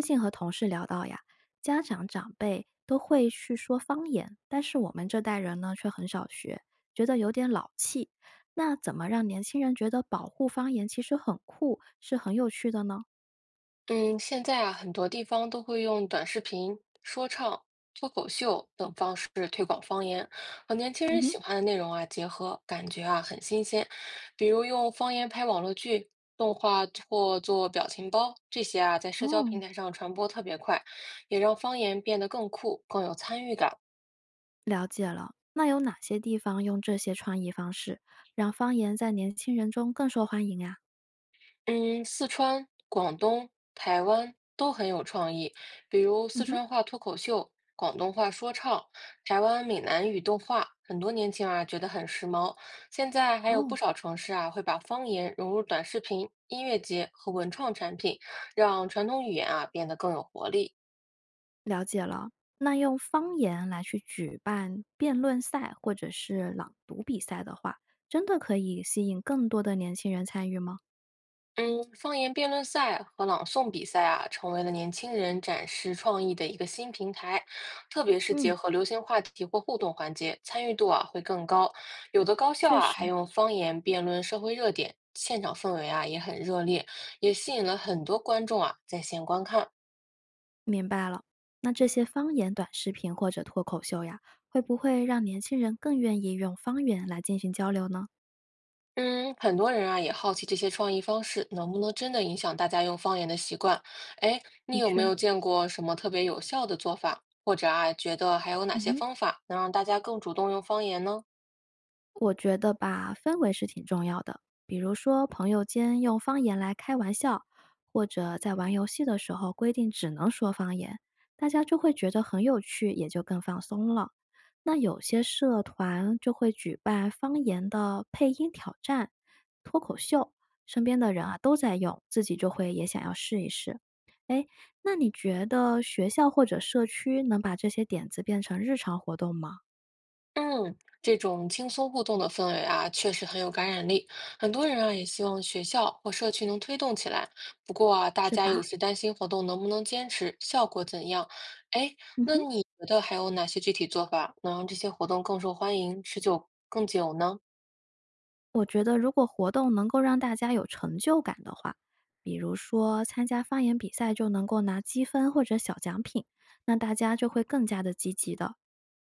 最近和同事聊到呀，家长长辈都会去说方言，但是我们这代人呢，却很少学，觉得有点老气。那怎么让年轻人觉得保护方言其实很酷，是很有趣的呢？嗯，现在啊，很多地方都会用短视频、说唱、脱口秀等方式推广方言，和年轻嗯人喜哼。欢的内容啊结合，感觉啊很新鲜。比如用方言拍网络剧、动画或做表情包，这些啊在社交哦，平台上传播特别快，也让方言变得更酷、更有参与感。了解了。那有哪些地方用这些创意方式，让方言在年轻人中更受欢迎呀？嗯，四川、广东、台湾都很有创意，比如嗯四哼。川话脱口秀、广东话说唱、台湾闽南语动画，很多年轻人啊觉得很时髦。现在还有不哦，少城市啊会把方言融入短视频、音乐节和文创产品，让传统语言啊变得更有活力。了解了。那用方言来去举办辩论赛或者是朗读比赛的话，真的可以吸引更多的年轻人参与吗？嗯，方言辩论赛和朗诵比赛啊，成为了年轻人展示创意的一个新平台，特别是嗯，结合流行话题或互动环节，参与度啊会更高。有的高校确啊还实，用方言辩论社会热点，现场氛围啊也很热烈，也吸引了很多观众啊在线观看。明白了。那这些方言短视频或者脱口秀呀，会不会让年轻人更愿意用方言来进行交流呢？嗯，很多人啊也好奇这些创意方式能不能真的影响大家用方言的习惯。哎，你的有确，没有见过什么特别有效的做法？或者啊，觉得还有哪嗯些哼。方法能让大家更主动用方言呢？我觉得吧，氛围是挺重要的。比如说，朋友间用方言来开玩笑，或者在玩游戏的时候规定只能说方言，大家就会觉得很有趣，也就更放松了。那有些社团就会举办方言的配音挑战、脱口秀，身边的人啊都在用，自己就会也想要试一试。那你觉得学校或者社区能把这些点子变成日常活动吗？嗯，这种轻松互动的氛围啊，确实很有感染力。很多人啊也希望学校或社区能推动起来。不过啊，大是家有吧？时担心活动能不能坚持，效果怎样。哎，嗯那哼。你觉得还有哪些具体做法能让这些活动更受欢迎，持久更久呢？我觉得如果活动能够让大家有成就感的话，比如说参加方言比赛就能够拿积分或者小奖品，那大家就会更加的积极的。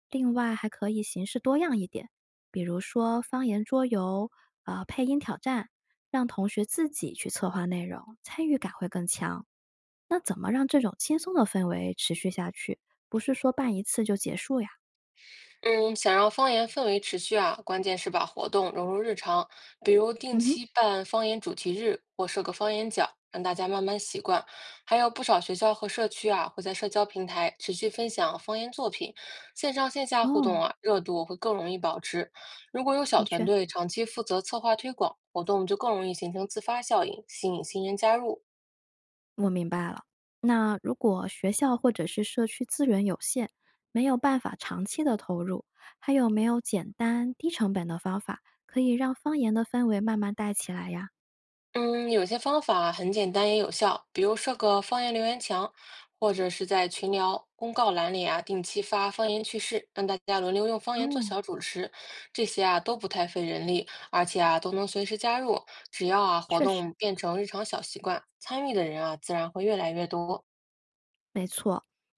另外还可以形式多样一点，比如说方言桌游、配音挑战，让同学自己去策划内容，参与感会更强。那怎么让这种轻松的氛围持续下去？不是说办一次就结束呀？嗯，想让方言氛围持续啊，关键是把活动融入日常，比如定嗯期办方言主题日或设个方言角，让大家慢慢习惯。还有不少学校和社区啊，会在社交平台持续分享方言作品，线上线下哼。互动哦，啊，热度会更容易保持。如果有小的团确。队长期负责策划推广，活动就更容易形成自发效应，吸引新人加入。我明白了。那如果学校或者是社区资源有限，没有办法长期的投入，还有没有简单低成本的方法可以让方言的氛围慢慢带起来呀？嗯，有些方法很简单也有效，比如设个方言留言墙，或者是在群聊、公告栏里啊，定期发方言趣事，让大家轮流用方言做哦，小主持，这些啊都不太费人力，而且啊都能随时加入，只要啊活确实，动变成日常小习惯，参与的人啊自然会越来越多。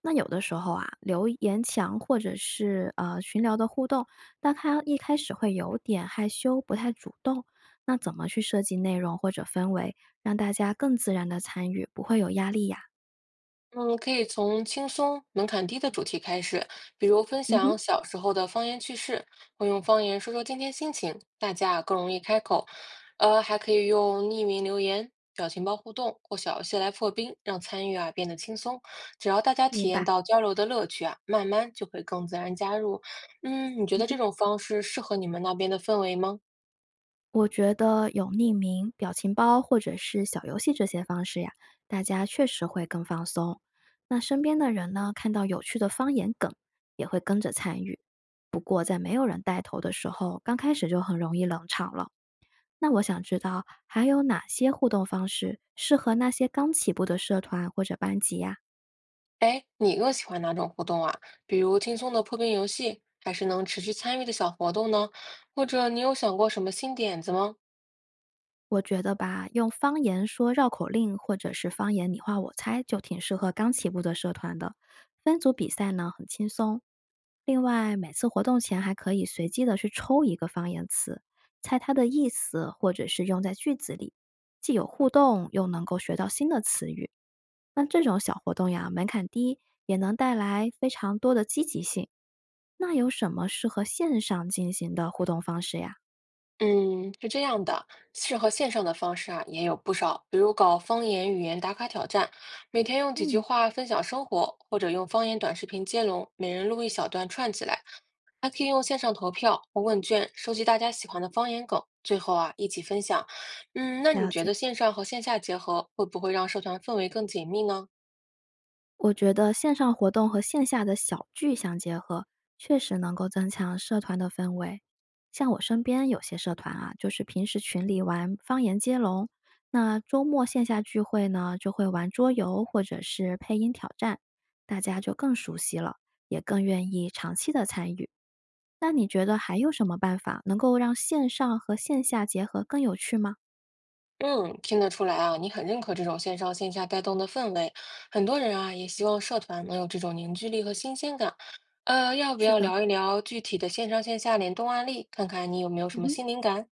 那有的时候啊，留言墙或者是群聊的互动，那他一开始会有点害羞，不太主动。那怎么去设计内容或者氛围，让大家更自然的参与，不会有压力呀？嗯，可以从轻松、门槛低的主题开始，比如分嗯享哼，小时候的方言趣事，或用方言说说今天心情，大家更容易开口。还可以用匿名留言、表情包互动或小游戏来破冰，让参与啊变得轻松。只要大家体明验白。到交流的乐趣啊，慢慢就会更自然加入。嗯，你觉嗯得哼。这种方式适合你们那边的氛围吗？我觉得有匿名、表情包或者是小游戏这些方式呀，大家确实会更放松。那身边的人呢，看到有趣的方言梗，也会跟着参与。不过在没有人带头的时候，刚开始就很容易冷场了。那我想知道，还有哪些互动方式适合那些刚起步的社团或者班级呀、哎，你更喜欢哪种活动啊？比如轻松的破冰游戏，还是能持续参与的小活动呢？或者你有想过什么新点子吗？我觉得吧，用方言说绕口令，或者是方言你画我猜，就挺适合刚起步的社团的。分组比赛呢，很轻松。另外，每次活动前还可以随机的去抽一个方言词，猜它的意思，或者是用在句子里，既有互动，又能够学到新的词语。那这种小活动呀，门槛低，也能带来非常多的积极性。那有什么适合线上进行的互动方式呀？嗯，是这样的，适合线上的方式啊也有不少，比如搞方言语言打卡挑战，每天用几句嗯，话分享生活，或者用方言短视频接龙，每人录一小段串起来，还可以用线上投票或问卷收集大家喜欢的方言梗，最后啊一起分享。嗯，那你了觉得解。线上和线下结合会不会让社团氛围更紧密呢？我觉得线上活动和线下的小聚相结合，确实能够增强社团的氛围。像我身边有些社团啊，就是平时群里玩方言接龙，那周末线下聚会呢，就会玩桌游或者是配音挑战，大家就更熟悉了，也更愿意长期的参与。那你觉得还有什么办法能够让线上和线下结合更有趣吗？嗯，听得出来啊，你很认可这种线上线下带动的氛围。很多人啊，也希望社团能有这种凝聚力和新鲜感。要不是要的，聊一聊具体的线上线下联动案例，看看你有没有嗯什么哼。新灵感？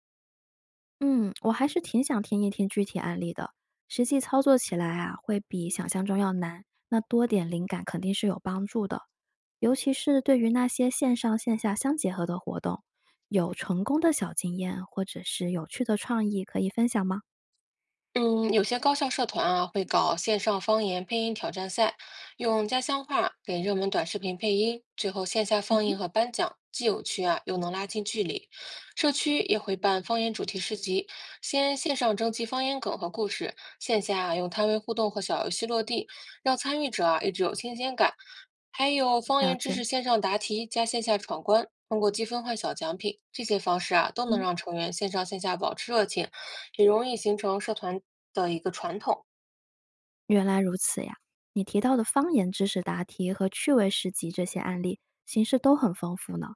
嗯，我还是挺想听一听具体案例的，实际操作起来啊，会比想象中要难。那多点灵感肯定是有帮助的，尤其是对于那些线上线下相结合的活动，有成功的小经验或者是有趣的创意可以分享吗？嗯，有些高校社团啊会搞线上方言配音挑战赛，用家乡话给热门短视频配音，最后线下嗯放映哼，和颁奖，既有趣啊，又能拉近距离。社区也会办方言主题市集，先线上征集方言梗和故事，线下啊用摊位互动和小游戏落地，让参与者啊一直有新鲜感。还有方了言知解，识线上答题加线下闯关，通过积分换小奖品，这些方式啊都能嗯，让成员线上线下保持热情。也容易形成社团的一个传统。原来如此呀。你提到的方言知识答题和趣味诗集这些案例，形式都很丰富呢。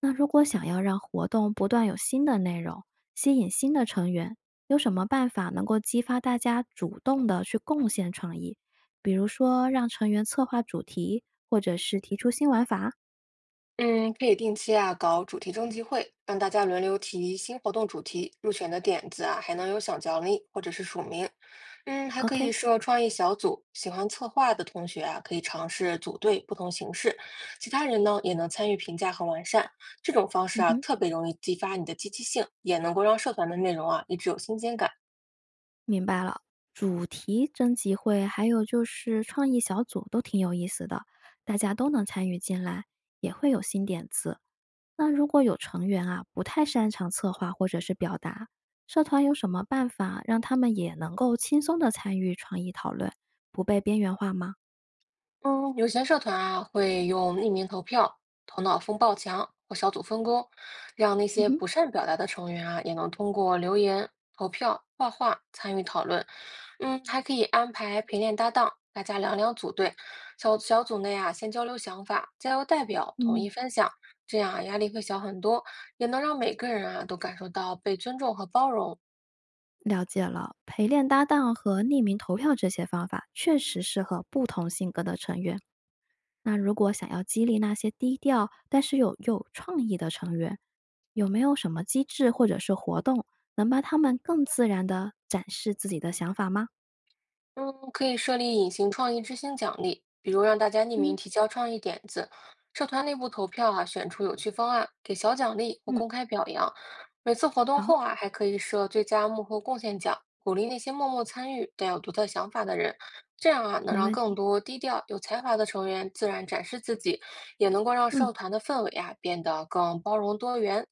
那如果想要让活动不断有新的内容，吸引新的成员，有什么办法能够激发大家主动的去贡献创意？比如说让成员策划主题，或者是提出新玩法嗯，可以定期啊搞主题征集会，让大家轮流提新活动主题，入选的点子啊还能有小奖励或者是署名。嗯，还可？OK，以设创意小组，喜欢策划的同学啊可以尝试组队不同形式，其他人呢也能参与评价和完善。这种方式嗯啊哼，特别容易激发你的积极性，也能够让社团的内容啊一直有新鲜感。明白了。主题征集会，还有就是创意小组都挺有意思的，大家都能参与进来，也会有新点子。那如果有成员啊不太擅长策划或者是表达，社团有什么办法让他们也能够轻松的参与创意讨论，不被边缘化吗？嗯，有些社团啊会用匿名投票、头脑风暴墙或小组分工，让那嗯些哼，不善表达的成员啊也能通过留言、投票、画画参与讨论。嗯，还可以安排陪练搭档，大家两两组队，小小组内啊先交流想法，再由代表统一嗯，分享，这样啊压力会小很多，也能让每个人啊都感受到被尊重和包容。了解了。陪练搭档和匿名投票这些方法确实适合不同性格的成员。那如果想要激励那些低调但是有创意的成员，有没有什么机制或者是活动能帮他们更自然的展示自己的想法吗？嗯，可以设立隐形创意之星奖励，比如让大家匿名嗯提交创意点子，社团内部投票啊，选出有趣方案，给小奖励或嗯，公开表扬。每次活动后好，啊，还可以设最佳幕后贡献奖，鼓励那些默默参与但有独特想法的人。这样啊，能没让问更题。多低调有才华的成员自然展示自己，也能够让嗯。社团的氛围啊变得更包容多元。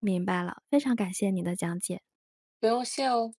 明白了，非常感谢你的讲解。不用谢哦。